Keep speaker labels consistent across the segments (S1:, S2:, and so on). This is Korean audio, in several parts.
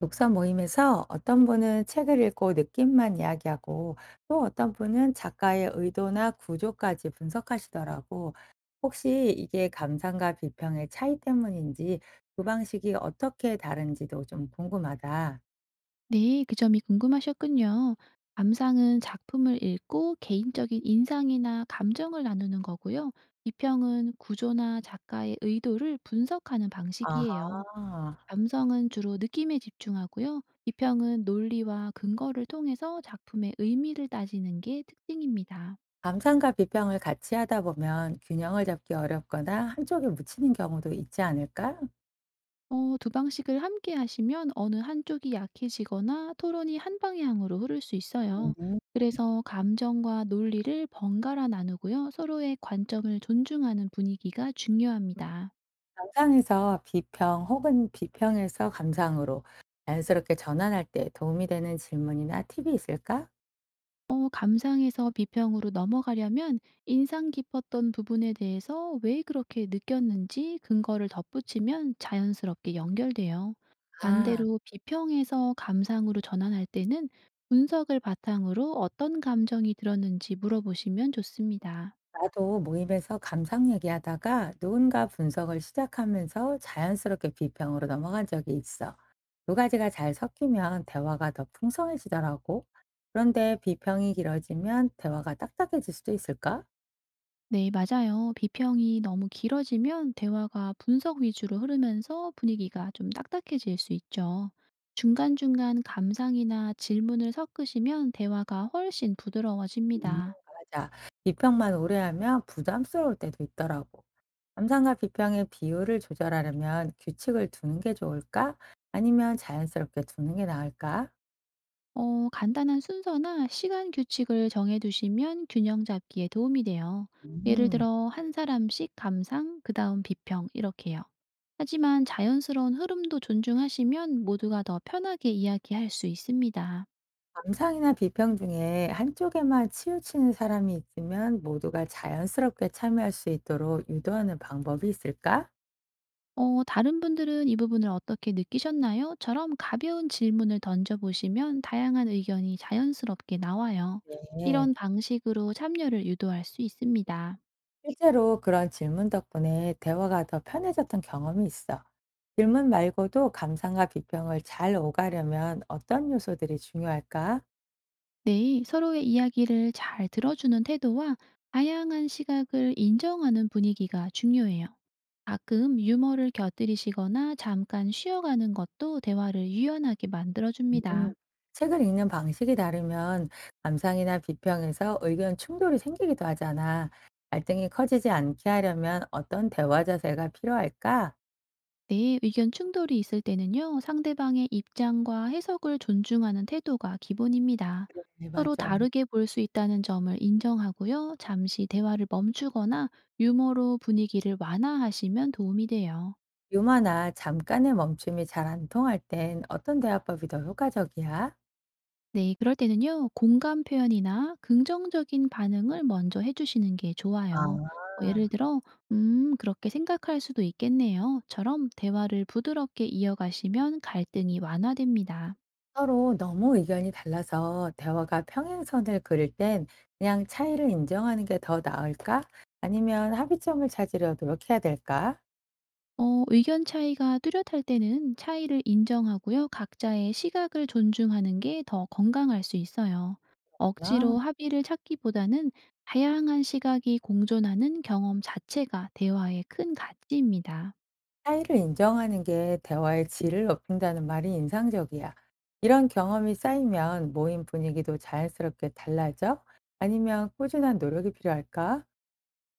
S1: 독서 모임에서 어떤 분은 책을 읽고 느낌만 이야기하고 또 어떤 분은 작가의 의도나 구조까지 분석하시더라고. 혹시 이게 감상과 비평의 차이 때문인지 그 방식이 어떻게 다른지도 좀 궁금하다.
S2: 네, 그 점이 궁금하셨군요. 감상은 작품을 읽고 개인적인 인상이나 감정을 나누는 거고요. 비평은 구조나 작가의 의도를 분석하는 방식이에요.
S1: 아하.
S2: 감성은 주로 느낌에 집중하고요. 비평은 논리와 근거를 통해서 작품의 의미를 따지는 게 특징입니다.
S1: 감상과 비평을 같이 하다 보면 균형을 잡기 어렵거나 한쪽에 묻히는 경우도 있지 않을까?
S2: 두 방식을 함께 하시면 어느 한쪽이 약해지거나 토론이 한 방향으로 흐를 수 있어요. 그래서 감정과 논리를 번갈아 나누고요. 서로의 관점을 존중하는 분위기가 중요합니다.
S1: 감상에서 비평 혹은 비평에서 감상으로 자연스럽게 전환할 때 도움이 되는 질문이나 팁이 있을까?
S2: 감상에서 비평으로 넘어가려면 인상 깊었던 부분에 대해서 왜 그렇게 느꼈는지 근거를 덧붙이면 자연스럽게 연결돼요.
S1: 아,
S2: 반대로 비평에서 감상으로 전환할 때는 분석을 바탕으로 어떤 감정이 들었는지 물어보시면 좋습니다.
S1: 나도 모임에서 감상 얘기하다가 누군가 분석을 시작하면서 자연스럽게 비평으로 넘어간 적이 있어. 두 가지가 잘 섞이면 대화가 더 풍성해지더라고. 그런데 비평이 길어지면 대화가 딱딱해질 수도 있을까?
S2: 네, 맞아요. 비평이 너무 길어지면 대화가 분석 위주로 흐르면서 분위기가 좀 딱딱해질 수 있죠. 중간중간 감상이나 질문을 섞으시면 대화가 훨씬
S1: 음
S2: 부드러워집니다.
S1: 맞아. 비평만 오래 하면 부담스러울 때도 있더라고. 감상과 비평의 비율을 조절하려면 규칙을 두는 게 좋을까? 아니면 자연스럽게 두는 게 나을까?
S2: 간단한 순서나 시간 규칙을 정해두시면 균형 잡기에 도움이 돼요. 예를
S1: 음,
S2: 들어, 한 사람씩 감상, 그 다음 비평, 이렇게요. 하지만 자연스러운 흐름도 존중하시면 모두가 더 편하게 이야기할 수 있습니다.
S1: 감상이나 비평 중에 한쪽에만 치우치는 사람이 있으면 모두가 자연스럽게 참여할 수 있도록 유도하는 방법이 있을까?
S2: 다른 분들은 이 부분을 어떻게 느끼셨나요? 처럼 가벼운 질문을 던져보시면 다양한 의견이 자연스럽게 나와요.
S1: 네.
S2: 이런 방식으로 참여를 유도할 수 있습니다.
S1: 실제로 그런 질문 덕분에 대화가 더 편해졌던 경험이 있어. 질문 말고도 감상과 비평을 잘 오가려면 어떤 요소들이 중요할까?
S2: 네, 서로의 이야기를 잘 들어주는 태도와 다양한 시각을 인정하는 분위기가 중요해요. 가끔 유머를 곁들이시거나 잠깐 쉬어가는 것도 대화를 유연하게
S1: 음,
S2: 만들어줍니다.
S1: 책을 읽는 방식이 다르면 감상이나 비평에서 의견 충돌이 생기기도 하잖아. 갈등이 커지지 않게 하려면 어떤 대화 자세가 필요할까?
S2: 네, 의견 충돌이 있을 때는요, 상대방의 입장과 해석을 존중하는 태도가 기본입니다.
S1: 네,
S2: 서로
S1: 맞아.
S2: 다르게 볼 수 있다는 점을 인정하고요, 잠시 대화를 멈추거나 유머로 분위기를 완화하시면 도움이 돼요.
S1: 유머나 잠깐의 멈춤이 잘 안 통할 땐 어떤 대화법이 더 효과적이야?
S2: 네, 그럴 때는요, 공감 표현이나 긍정적인 반응을 먼저 해주시는 게 좋아요. 뭐 예를
S1: 아.
S2: 들어, 그렇게 생각할 수도 있겠네요. 처럼 대화를 부드럽게 이어가시면 갈등이 완화됩니다.
S1: 서로 너무 의견이 달라서 대화가 평행선을 그릴 땐 그냥 차이를 인정하는 게 더 나을까? 아니면 합의점을 찾으려 노력해야 될까?
S2: 의견 차이가 뚜렷할 때는 차이를 인정하고요. 각자의 시각을 존중하는 게 더 건강할 수 있어요.
S1: 아,
S2: 억지로 합의를 찾기보다는 다양한 시각이 공존하는 경험 자체가 대화의 큰 가치입니다.
S1: 차이를 인정하는 게 대화의 질을 높인다는 말이 인상적이야. 이런 경험이 쌓이면 모임 분위기도 자연스럽게 달라져? 아니면 꾸준한 노력이 필요할까?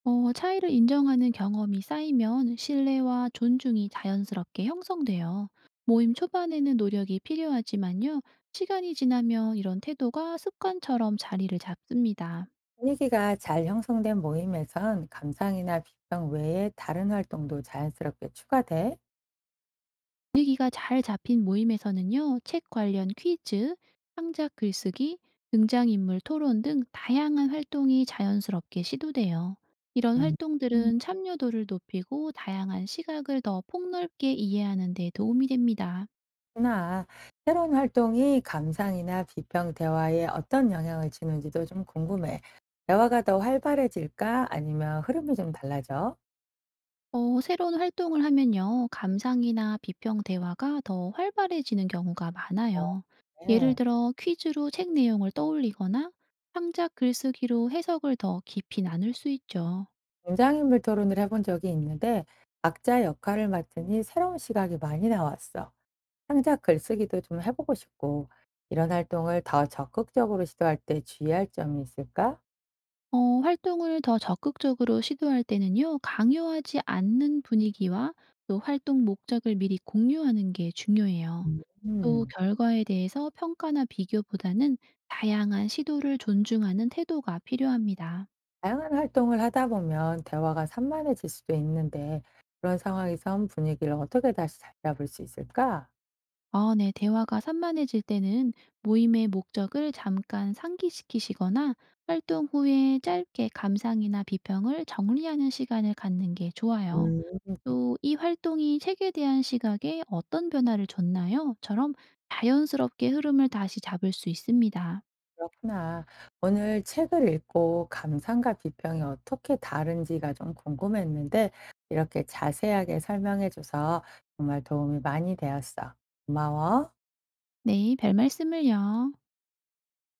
S2: 차이를 인정하는 경험이 쌓이면 신뢰와 존중이 자연스럽게 형성돼요. 모임 초반에는 노력이 필요하지만요. 시간이 지나면 이런 태도가 습관처럼 자리를 잡습니다.
S1: 분위기가 잘 형성된 모임에선 감상이나 비평 외에 다른 활동도 자연스럽게 추가돼.
S2: 분위기가 잘 잡힌 모임에서는요, 책 관련 퀴즈, 창작 글쓰기, 등장인물 토론 등 다양한 활동이 자연스럽게 시도돼요. 이런
S1: 음.
S2: 활동들은 참여도를 높이고 다양한 시각을 더 폭넓게 이해하는 데 도움이 됩니다.
S1: 구나. 새로운 활동이 감상이나 비평 대화에 어떤 영향을 주는지도 좀 궁금해. 대화가 더 활발해질까? 아니면 흐름이 좀 달라져?
S2: 새로운 활동을 하면요, 감상이나 비평 대화가 더 활발해지는 경우가
S1: 어,
S2: 많아요. 예를
S1: 네.
S2: 들어 퀴즈로 책 내용을 떠올리거나 창작 글쓰기로 해석을 더 깊이 나눌 수 있죠.
S1: 등장인물 토론을 해본 적이 있는데, 각자 역할을 맡으니 새로운 시각이 많이 나왔어. 창작 글쓰기도 좀 해보고 싶고, 이런 활동을 더 적극적으로 시도할 때 주의할 점이 있을까?
S2: 활동을 더 적극적으로 시도할 때는요, 강요하지 않는 분위기와 또 활동 목적을 미리 공유하는 게 중요해요.
S1: 음.
S2: 또
S1: 음.
S2: 결과에 대해서 평가나 비교보다는 다양한 시도를 존중하는 태도가 필요합니다.
S1: 다양한 활동을 하다 보면 대화가 산만해질 수도 있는데 그런 상황에선 분위기를 어떻게 다시 잘 잡을 수 있을까?
S2: 아, 네, 대화가 산만해질 때는 모임의 목적을 잠깐 상기시키시거나 활동 후에 짧게 감상이나 비평을 정리하는 시간을 갖는 게 좋아요.
S1: 음,
S2: 또 "이 활동이 책에 대한 시각에 어떤 변화를 줬나요?" 처럼 자연스럽게 흐름을 다시 잡을 수 있습니다.
S1: 그렇구나. 오늘 책을 읽고 감상과 비평이 어떻게 다른지가 좀 궁금했는데 이렇게 자세하게 설명해줘서 정말 도움이 많이 되었어. 고마워.
S2: 네, 별말씀을요.